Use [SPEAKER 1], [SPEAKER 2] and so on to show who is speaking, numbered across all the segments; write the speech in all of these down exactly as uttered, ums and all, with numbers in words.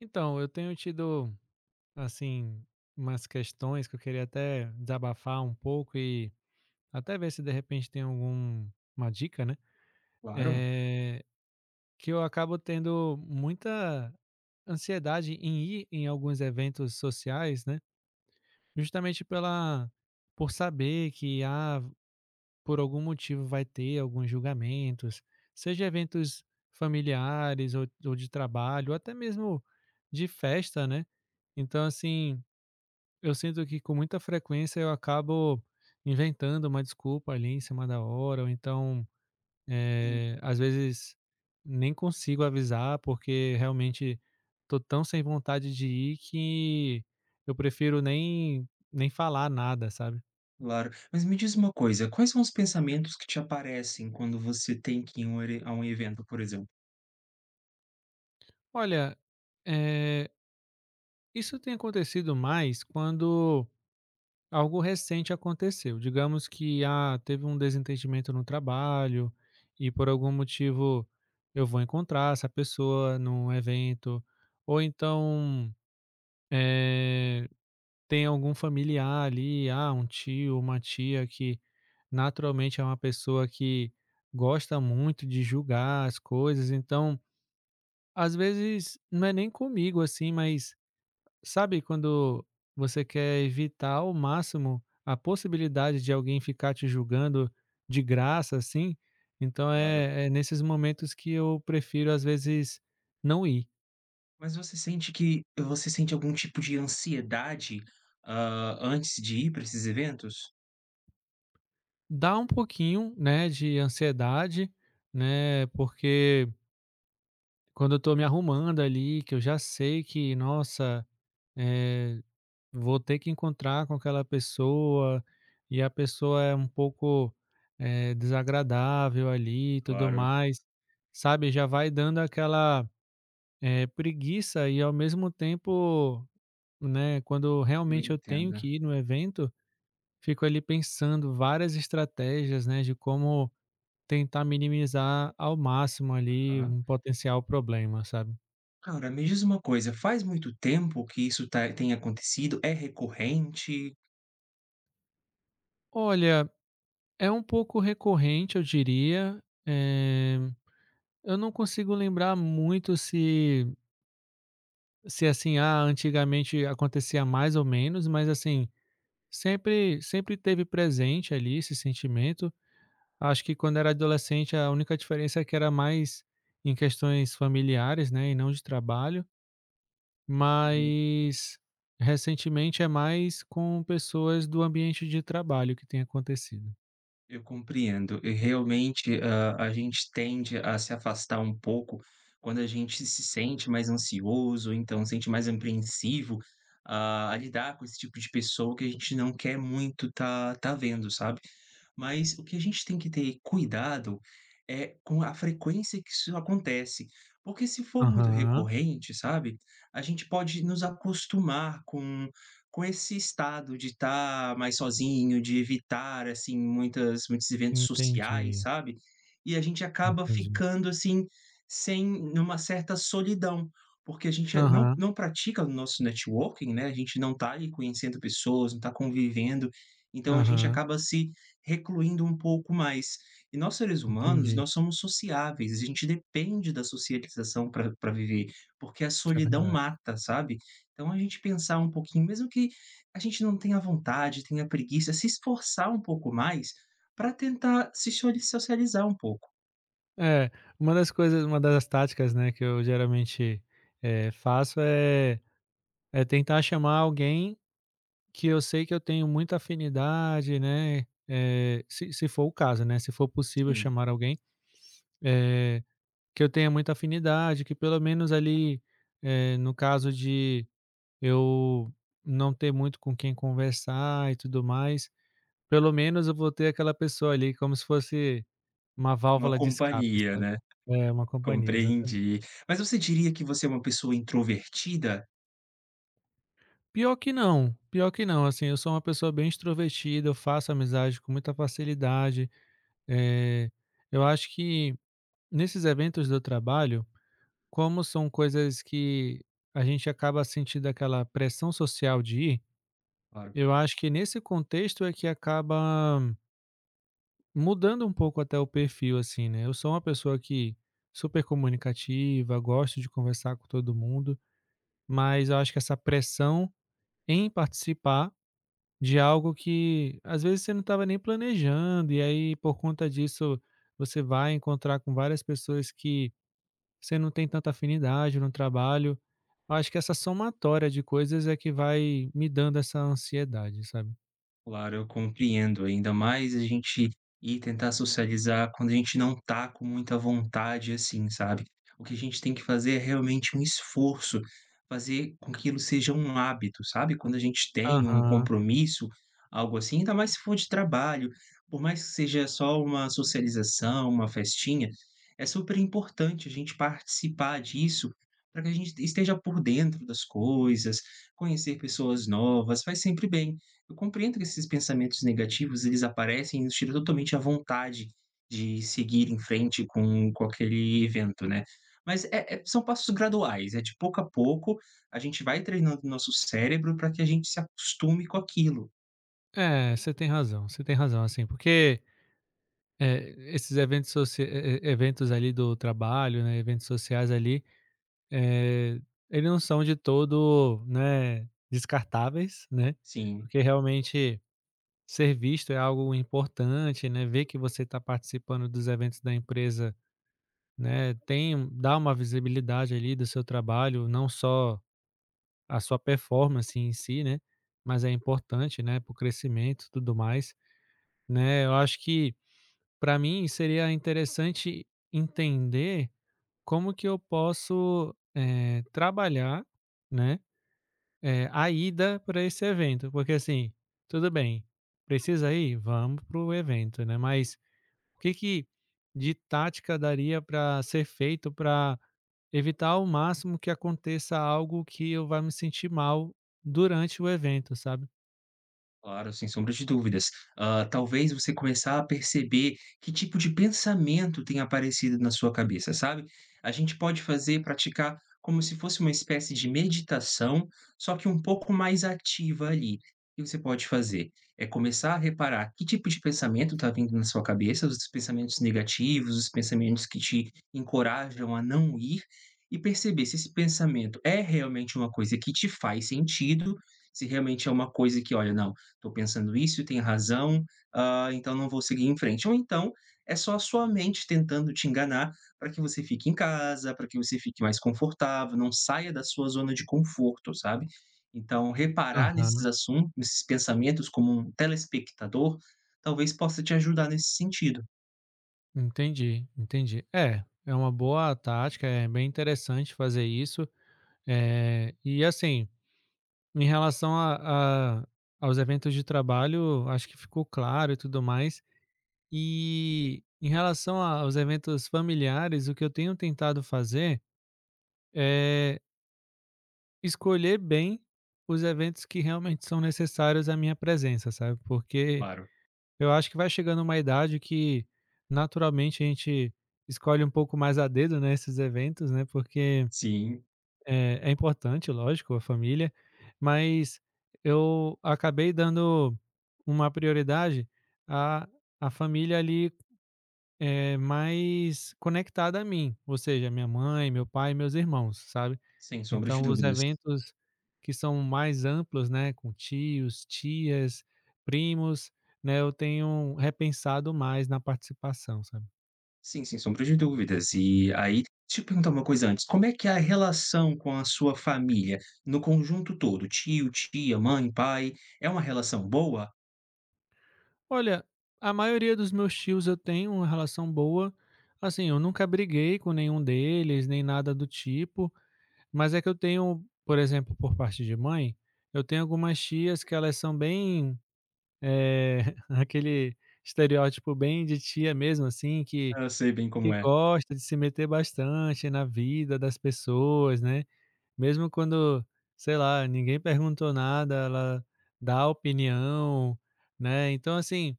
[SPEAKER 1] Então, eu tenho tido, assim, umas questões que eu queria até desabafar um pouco e até ver se de repente tem alguma dica, né?
[SPEAKER 2] Claro,
[SPEAKER 1] Eh, que eu acabo tendo muita ansiedade em ir em alguns eventos sociais, né? Justamente pela por saber que ah, por algum motivo vai ter alguns julgamentos, seja eventos familiares ou, ou de trabalho, ou até mesmo de festa, né? Então, assim, Eu sinto que com muita frequência eu acabo inventando uma desculpa ali em cima da hora, ou então,
[SPEAKER 2] en
[SPEAKER 1] eh, às vezes nem consigo avisar, porque realmente tô tão sem vontade de ir que eu prefiro nem, nem falar nada, sabe?
[SPEAKER 2] claro. Mas me diz uma coisa, quais são os pensamentos que te aparecem quando você tem que ir a um ere a um evento, por exemplo?
[SPEAKER 1] Olha, eh, isso tem acontecido mais quando algo recente aconteceu. Digamos que, ah, teve um desentendimento no trabalho e por algum motivo eu vou encontrar essa pessoa num evento, ou então eh, tem algum familiar ali, ah, um tio, uma tia que naturalmente é uma pessoa que gosta muito de julgar as coisas, então às vezes não é nem comigo assim, mas sabe quando você quer evitar ao máximo a possibilidade de alguém ficar te julgando de graça, assim? Então
[SPEAKER 2] Claro.
[SPEAKER 1] é, é nesses momentos que eu prefiro, às vezes, não ir.
[SPEAKER 2] Mas você sente que você sente algum tipo de ansiedade, hã, antes de ir para esses eventos?
[SPEAKER 1] Dá um pouquinho, né, de ansiedade, né, porque quando eu tô me arrumando ali, que eu já sei que, nossa, eh, vou ter que encontrar com aquela pessoa, e a pessoa é um pouco, eh, desagradável ali e tudo
[SPEAKER 2] Claro.
[SPEAKER 1] mais, sabe, já vai dando aquela, eh, preguiça e ao mesmo tempo, né, quando
[SPEAKER 2] Eu
[SPEAKER 1] realmente eu tenho
[SPEAKER 2] entendo,
[SPEAKER 1] que ir no evento, fico ali pensando várias estratégias, né, de como tentar minimizar ao máximo ali
[SPEAKER 2] aham.
[SPEAKER 1] um potencial problema, sabe.
[SPEAKER 2] Cara, me diz uma coisa, faz muito tempo que isso tá tem acontecido? É recorrente?
[SPEAKER 1] Olha, é um pouco recorrente eu diria, eh eu não consigo lembrar muito se se assim, ah, antigamente acontecia mais ou menos, mas assim, sempre sempre teve presente ali esse sentimento. Acho que quando era adolescente a única diferença é que era mais em questões familiares, né, e não de trabalho, mas recentemente é mais com pessoas do ambiente de trabalho que tem acontecido.
[SPEAKER 2] Eu compreendo. E realmente, hã, a gente tende a se afastar um pouco quando a gente se sente mais ansioso, ou então se sente mais apreensivo a a lidar com esse tipo de pessoa que a gente não quer muito tá tá vendo, sabe. Mas o que a gente tem que ter cuidado é com a frequência que isso acontece, porque se for muito
[SPEAKER 1] Aham,
[SPEAKER 2] recorrente, sabe, a gente pode nos acostumar com com esse estado de estar mais sozinho, de evitar, assim, muitas muitos eventos sociais,
[SPEAKER 1] entendi,
[SPEAKER 2] sabe. E a gente acaba
[SPEAKER 1] entendi.
[SPEAKER 2] ficando, assim, sem numa certa solidão, porque a gente não
[SPEAKER 1] Aham,
[SPEAKER 2] não pratica o nosso networking, né, a gente não está ali conhecendo pessoas, não está convivendo, então a gente
[SPEAKER 1] aham,
[SPEAKER 2] acaba se recluindo um pouco mais. E nós seres humanos,
[SPEAKER 1] entendi.
[SPEAKER 2] nós somos sociáveis, a gente depende da socialização para pra viver, porque a
[SPEAKER 1] Isso é
[SPEAKER 2] solidão
[SPEAKER 1] verdade.
[SPEAKER 2] mata, sabe. Então a gente pensar um pouquinho, mesmo que a gente não tenha vontade, tenha preguiça, se esforçar um pouco mais para tentar se soli socializar um pouco.
[SPEAKER 1] É, uma das coisas uma das táticas, né, que eu geralmente, eh, faço é é tentar chamar alguém que eu sei que eu tenho muita afinidade, né, eh, se se for o caso, né, se for possível
[SPEAKER 2] Sim,
[SPEAKER 1] chamar alguém, eh, que eu tenha muita afinidade, que pelo menos ali, eh, no caso de eu não ter muito com quem conversar e tudo mais, pelo menos eu vou ter aquela pessoa ali como se fosse uma
[SPEAKER 2] uma
[SPEAKER 1] válvula de escape,
[SPEAKER 2] companhia,
[SPEAKER 1] sabe.
[SPEAKER 2] né.
[SPEAKER 1] É, uma companhia, exatamente.
[SPEAKER 2] Compreendi. Mas você diria que você é uma pessoa introvertida?
[SPEAKER 1] Pior que não, pior que não, assim, eu sou uma pessoa bem extrovertida, eu faço amizade com muita facilidade, eh, eu acho que nesses eventos do trabalho, como são coisas que a gente acaba sentindo aquela pressão social de ir,
[SPEAKER 2] Claro.
[SPEAKER 1] eu acho que nesse contexto é que acaba mudando um pouco até o perfil, assim, né. Eu sou uma pessoa que super comunicativa, gosto de conversar com todo mundo, mas eu acho que essa pressão em participar de algo que às vezes você não estava nem planejando, e aí por conta disso você vai encontrar com várias pessoas que você não tem tanta afinidade no trabalho. Eu acho que essa somatória de coisas é que vai me dando essa ansiedade, sabe?
[SPEAKER 2] Claro, eu compreendo. Ainda mais a gente ir tentar socializar quando a gente não tá com muita vontade, assim, sabe. O que a gente tem que fazer é realmente um esforço, fazer com que aquilo seja um hábito, sabe. Quando a gente tem um
[SPEAKER 1] Aham.
[SPEAKER 2] compromisso, algo assim, ainda mais se for de trabalho, por mais que seja só uma socialização, uma festinha, é super importante a gente participar disso, para que a gente esteja por dentro das coisas, conhecer pessoas novas, faz sempre bem. Eu compreendo que esses pensamentos negativos, eles aparecem e nos tiram totalmente a vontade de seguir em frente com com aquele evento, né. Mas é é são passos graduais, é de pouco a pouco, a gente vai treinando o nosso cérebro para que a gente se acostume com aquilo.
[SPEAKER 1] É, você tem razão, você tem razão, assim, porque, eh, esses eventos socia e e eventos ali do trabalho, né, eventos sociais ali, eh, eles não são de todo, né, descartáveis, né,
[SPEAKER 2] Sim.
[SPEAKER 1] porque realmente ser visto é algo importante, né, ver que você está participando dos eventos da empresa, né, tem dá uma visibilidade ali do seu trabalho, não só a sua performance em si, né, mas é importante, né, para o crescimento e tudo mais, né. Eu acho que para mim seria interessante entender como que eu posso, eh, trabalhar, né, eh, a ida pra esse evento, porque assim, tudo bem, precisa ir? Vamos para o evento, né, mas o que que de tática daria para ser feito para evitar ao máximo que aconteça algo que eu vá me sentir mal durante o evento, sabe?
[SPEAKER 2] Claro, sem sombra de dúvidas. Ah, talvez você começar a perceber que tipo de pensamento tem aparecido na sua cabeça, sabe? A gente pode fazer, praticar como se fosse uma espécie de meditação, só que um pouco mais ativa ali. O que você pode fazer? É começar a reparar que tipo de pensamento está vindo na sua cabeça, os pensamentos negativos, os pensamentos que te encorajam a não ir, e perceber se esse pensamento é realmente uma coisa que te faz sentido, se realmente é uma coisa que, olha, não. Estou pensando isso, tem razão, ah, então não vou seguir em frente. Ou então é só a sua mente tentando te enganar para que você fique em casa, para que você fique mais confortável, não saia da sua zona de conforto, sabe. Então reparar nesses
[SPEAKER 1] Aham,
[SPEAKER 2] assuntos, nesses pensamentos como um telespectador, talvez possa te ajudar nesse sentido.
[SPEAKER 1] entendi, entendi. É, é uma boa tática, é bem interessante fazer isso. eh, e assim, em relação a, a- aos eventos de trabalho, acho que ficou claro e tudo mais. E em relação a- aos eventos familiares, o que eu tenho tentado fazer é escolher bem os eventos que realmente são necessários à minha presença, sabe, porque
[SPEAKER 2] Claro,
[SPEAKER 1] eu acho que vai chegando uma idade que naturalmente a gente escolhe um pouco mais a dedo, né, esses eventos, né, porque
[SPEAKER 2] sim.
[SPEAKER 1] é é importante, lógico, a família, mas eu acabei dando uma prioridade à à família ali, eh, mais conectada a mim, ou seja, minha mãe, meu pai e meus irmãos, sabe.
[SPEAKER 2] Sem sombra de
[SPEAKER 1] Então os
[SPEAKER 2] dúvidas.
[SPEAKER 1] eventos que são mais amplos, né, com tios, tias, primos, né, eu tenho repensado mais na participação, sabe.
[SPEAKER 2] Sim, sem sombra de dúvidas. E aí, deixa eu perguntar uma coisa antes, como é que é a relação com a sua família no conjunto todo? Tio, tia, mãe, pai, é uma relação boa?
[SPEAKER 1] Olha, a maioria dos meus tios eu tenho uma relação boa, assim, eu nunca briguei com nenhum deles, nem nada do tipo, mas é que eu tenho, por exemplo, por parte de mãe, eu tenho algumas tias que elas são bem, eh, aquele estereótipo bem de tia mesmo, assim, que
[SPEAKER 2] Ah, eu sei bem como
[SPEAKER 1] que
[SPEAKER 2] é,
[SPEAKER 1] gosta de se meter bastante na vida das pessoas, né, mesmo quando, sei lá, ninguém perguntou nada, ela dá opinião, né. Então, assim,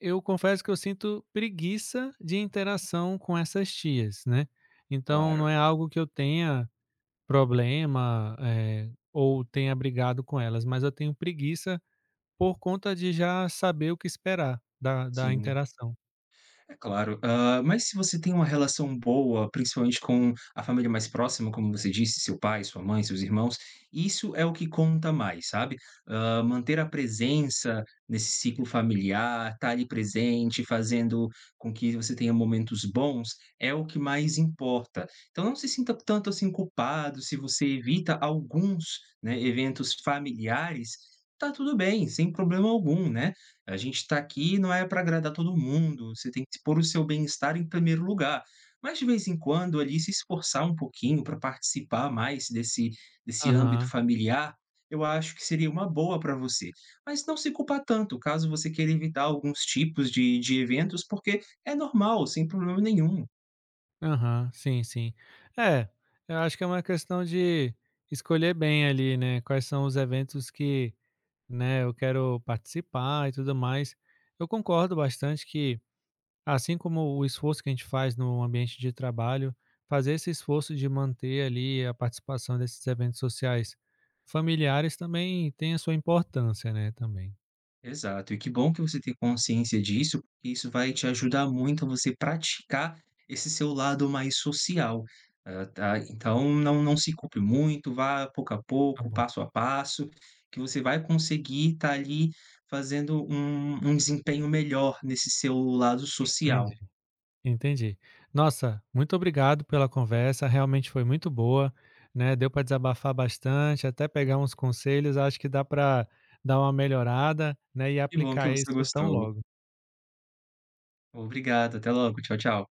[SPEAKER 1] eu confesso que eu sinto preguiça de interação com essas tias, né. Então não
[SPEAKER 2] claro,
[SPEAKER 1] é algo que eu tenha problema, eh, ou tenha brigado com elas, mas eu tenho preguiça por conta de já saber o que esperar da da
[SPEAKER 2] sim.
[SPEAKER 1] interação.
[SPEAKER 2] É claro. Hã, mas se você tem uma relação boa, principalmente com a família mais próxima, como você disse, seu pai, sua mãe, seus irmãos, isso é o que conta mais, sabe. Hã, manter a presença nesse ciclo familiar, estar ali presente, fazendo com que você tenha momentos bons, é o que mais importa. Então não se sinta tanto assim culpado se você evita alguns, né, eventos familiares, tá tudo bem, sem problema algum, né. A gente está aqui não é para agradar todo mundo, você tem que pôr o seu bem-estar em primeiro lugar. Mas de vez em quando ali se esforçar um pouquinho para participar mais desse desse âmbito
[SPEAKER 1] Aham.
[SPEAKER 2] familiar, eu acho que seria uma boa para você. Mas não se culpar tanto, caso você queira evitar alguns tipos de de eventos, porque é normal, sem problema nenhum.
[SPEAKER 1] Aham, sim, sim. É, eu acho que é uma questão de escolher bem ali, né, quais são os eventos que, né, eu quero participar e tudo mais. Eu concordo bastante que, assim como o esforço que a gente faz no ambiente de trabalho, fazer esse esforço de manter ali a participação desses eventos sociais familiares também tem a sua importância, né, também.
[SPEAKER 2] Exato, e que bom que você tem consciência disso, porque isso vai te ajudar muito a você praticar esse seu lado mais social, ah, tá? Então não não se culpe muito, vá pouco a
[SPEAKER 1] Tá
[SPEAKER 2] pouco,
[SPEAKER 1] bom.
[SPEAKER 2] passo a passo, que você vai conseguir estar ali fazendo um um desempenho melhor nesse seu lado social.
[SPEAKER 1] Entendi. Nossa, muito obrigado pela conversa, realmente foi muito boa, né, deu para desabafar bastante, até pegar uns conselhos, acho que dá para dar uma melhorada, né, e
[SPEAKER 2] Que bom que
[SPEAKER 1] aplicar
[SPEAKER 2] você
[SPEAKER 1] isso tão
[SPEAKER 2] gostou.
[SPEAKER 1] logo.
[SPEAKER 2] Obrigado, até logo, tchau, tchau.